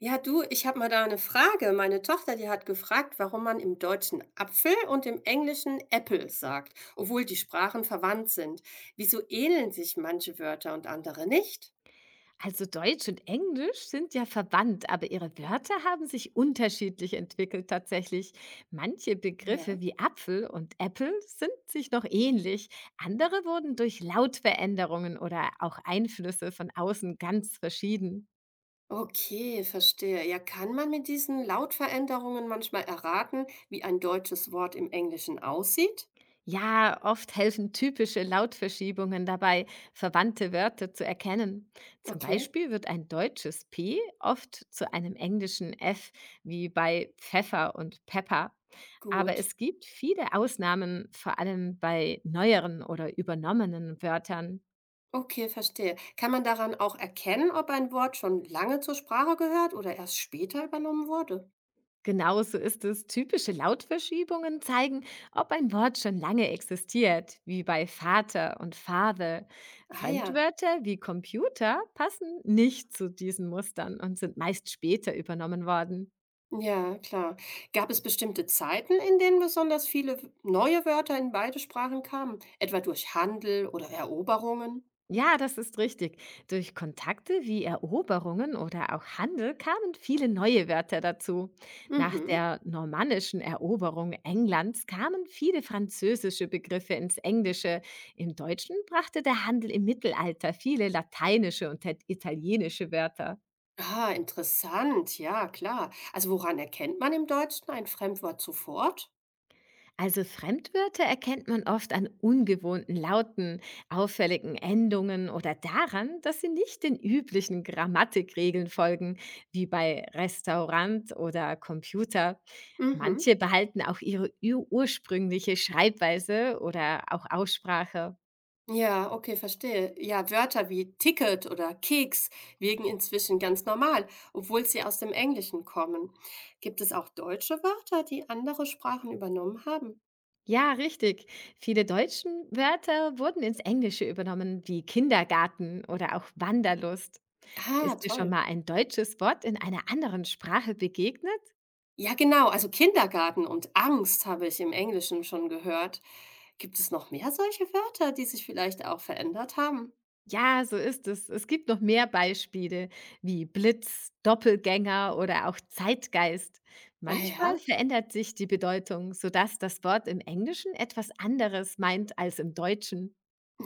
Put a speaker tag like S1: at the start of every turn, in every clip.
S1: Ja, du, ich habe mal da eine Frage. Meine Tochter, die hat gefragt, warum man im Deutschen Apfel und im Englischen Apple sagt, obwohl die Sprachen verwandt sind. Wieso ähneln sich manche Wörter und andere nicht?
S2: Also Deutsch und Englisch sind ja verwandt, aber ihre Wörter haben sich unterschiedlich entwickelt tatsächlich. Manche
S1: Ja.
S2: Begriffe wie Apfel und Apple sind sich noch ähnlich, andere wurden durch Lautveränderungen oder auch Einflüsse von außen ganz verschieden.
S1: Okay, verstehe. Ja, kann man mit diesen Lautveränderungen manchmal erraten, wie ein deutsches Wort im Englischen aussieht?
S2: Ja, oft helfen typische Lautverschiebungen dabei, verwandte Wörter zu erkennen. Zum
S1: Okay,
S2: Beispiel wird ein deutsches P oft zu einem englischen F, wie bei Pfeffer und Pepper. Aber
S1: gut.
S2: es gibt viele Ausnahmen, vor allem bei neueren oder übernommenen Wörtern.
S1: Okay, verstehe. Kann man daran auch erkennen, ob ein Wort schon lange zur Sprache gehört oder erst später übernommen wurde?
S2: Genauso ist es. Typische Lautverschiebungen zeigen, ob ein Wort schon lange existiert, wie bei Vater und Father.
S1: Ah ja.
S2: Fremdwörter wie Computer passen nicht zu diesen Mustern und sind meist später übernommen worden.
S1: Ja, klar. Gab es bestimmte Zeiten, in denen besonders viele neue Wörter in beide Sprachen kamen, etwa durch Handel oder Eroberungen?
S2: Ja, das ist richtig. Durch Kontakte wie Eroberungen oder auch Handel kamen viele neue Wörter dazu. Nach
S1: Mhm.
S2: der normannischen Eroberung Englands kamen viele französische Begriffe ins Englische. Im Deutschen brachte der Handel im Mittelalter viele lateinische und italienische Wörter.
S1: Ah, interessant. Ja, klar. Also woran erkennt man im Deutschen ein Fremdwort sofort?
S2: Also Fremdwörter erkennt man oft an ungewohnten Lauten, auffälligen Endungen oder daran, dass sie nicht den üblichen Grammatikregeln folgen, wie bei Restaurant oder Computer.
S1: Mhm.
S2: Manche behalten auch ihre ursprüngliche Schreibweise oder auch Aussprache.
S1: Ja, okay, verstehe. Ja, Wörter wie Ticket oder Keks wirken inzwischen ganz normal, obwohl sie aus dem Englischen kommen. Gibt es auch deutsche Wörter, die andere Sprachen übernommen haben?
S2: Ja, richtig. Viele deutschen Wörter wurden ins Englische übernommen, wie Kindergarten oder auch Wanderlust.
S1: Ah,
S2: Ist dir schon
S1: toll.
S2: mal ein deutsches Wort in einer anderen Sprache begegnet?
S1: Ja, genau, also Kindergarten und Angst habe ich im Englischen schon gehört. Gibt es noch mehr solche Wörter, die sich vielleicht auch verändert haben?
S2: Ja, so ist es. Es gibt noch mehr Beispiele wie Blitz, Doppelgänger oder auch Zeitgeist.
S1: Ah
S2: Manchmal
S1: ja,
S2: verändert sich die Bedeutung, sodass das Wort im Englischen etwas anderes meint als im Deutschen.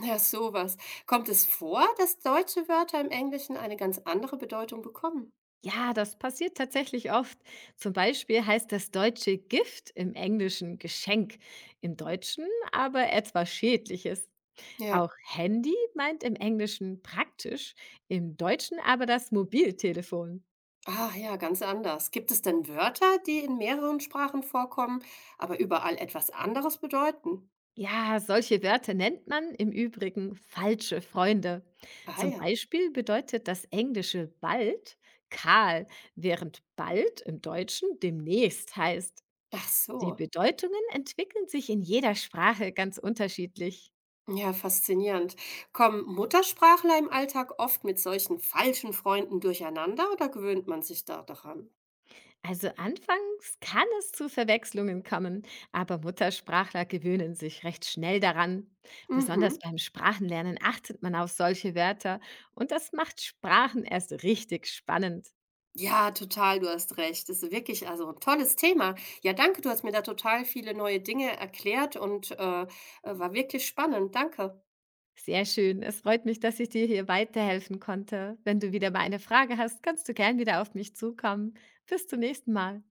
S1: ja, sowas. Kommt es vor, dass deutsche Wörter im Englischen eine ganz andere Bedeutung bekommen?
S2: Ja, das passiert tatsächlich oft. Zum Beispiel heißt das deutsche Gift im Englischen Geschenk, im Deutschen aber etwas Schädliches. Auch
S1: Ja,
S2: Handy meint im Englischen praktisch, im Deutschen aber das Mobiltelefon.
S1: ah ja, ganz anders. Gibt es denn Wörter, die in mehreren Sprachen vorkommen, aber überall etwas anderes bedeuten?
S2: Ja, solche Wörter nennt man im Übrigen falsche Freunde.
S1: Ah
S2: Zum
S1: ja,
S2: Beispiel bedeutet das englische bald kahl, während bald im Deutschen demnächst heißt.
S1: ach
S2: Die
S1: so.
S2: Bedeutungen entwickeln sich in jeder Sprache ganz unterschiedlich.
S1: Ja, faszinierend. Kommen Muttersprachler im Alltag oft mit solchen falschen Freunden durcheinander oder gewöhnt man sich da daran?
S2: Also anfangs kann es zu Verwechslungen kommen, aber Muttersprachler gewöhnen sich recht schnell daran. Besonders
S1: Mhm.
S2: beim Sprachenlernen achtet man auf solche Wörter und das macht Sprachen erst richtig spannend.
S1: Ja, total, du hast recht. Das ist wirklich also ein tolles Thema. Ja, danke, du hast mir da total viele neue Dinge erklärt und war wirklich spannend. Danke.
S2: Sehr schön. Es freut mich, dass ich dir hier weiterhelfen konnte. Wenn du wieder mal eine Frage hast, kannst du gern wieder auf mich zukommen. Bis zum nächsten Mal.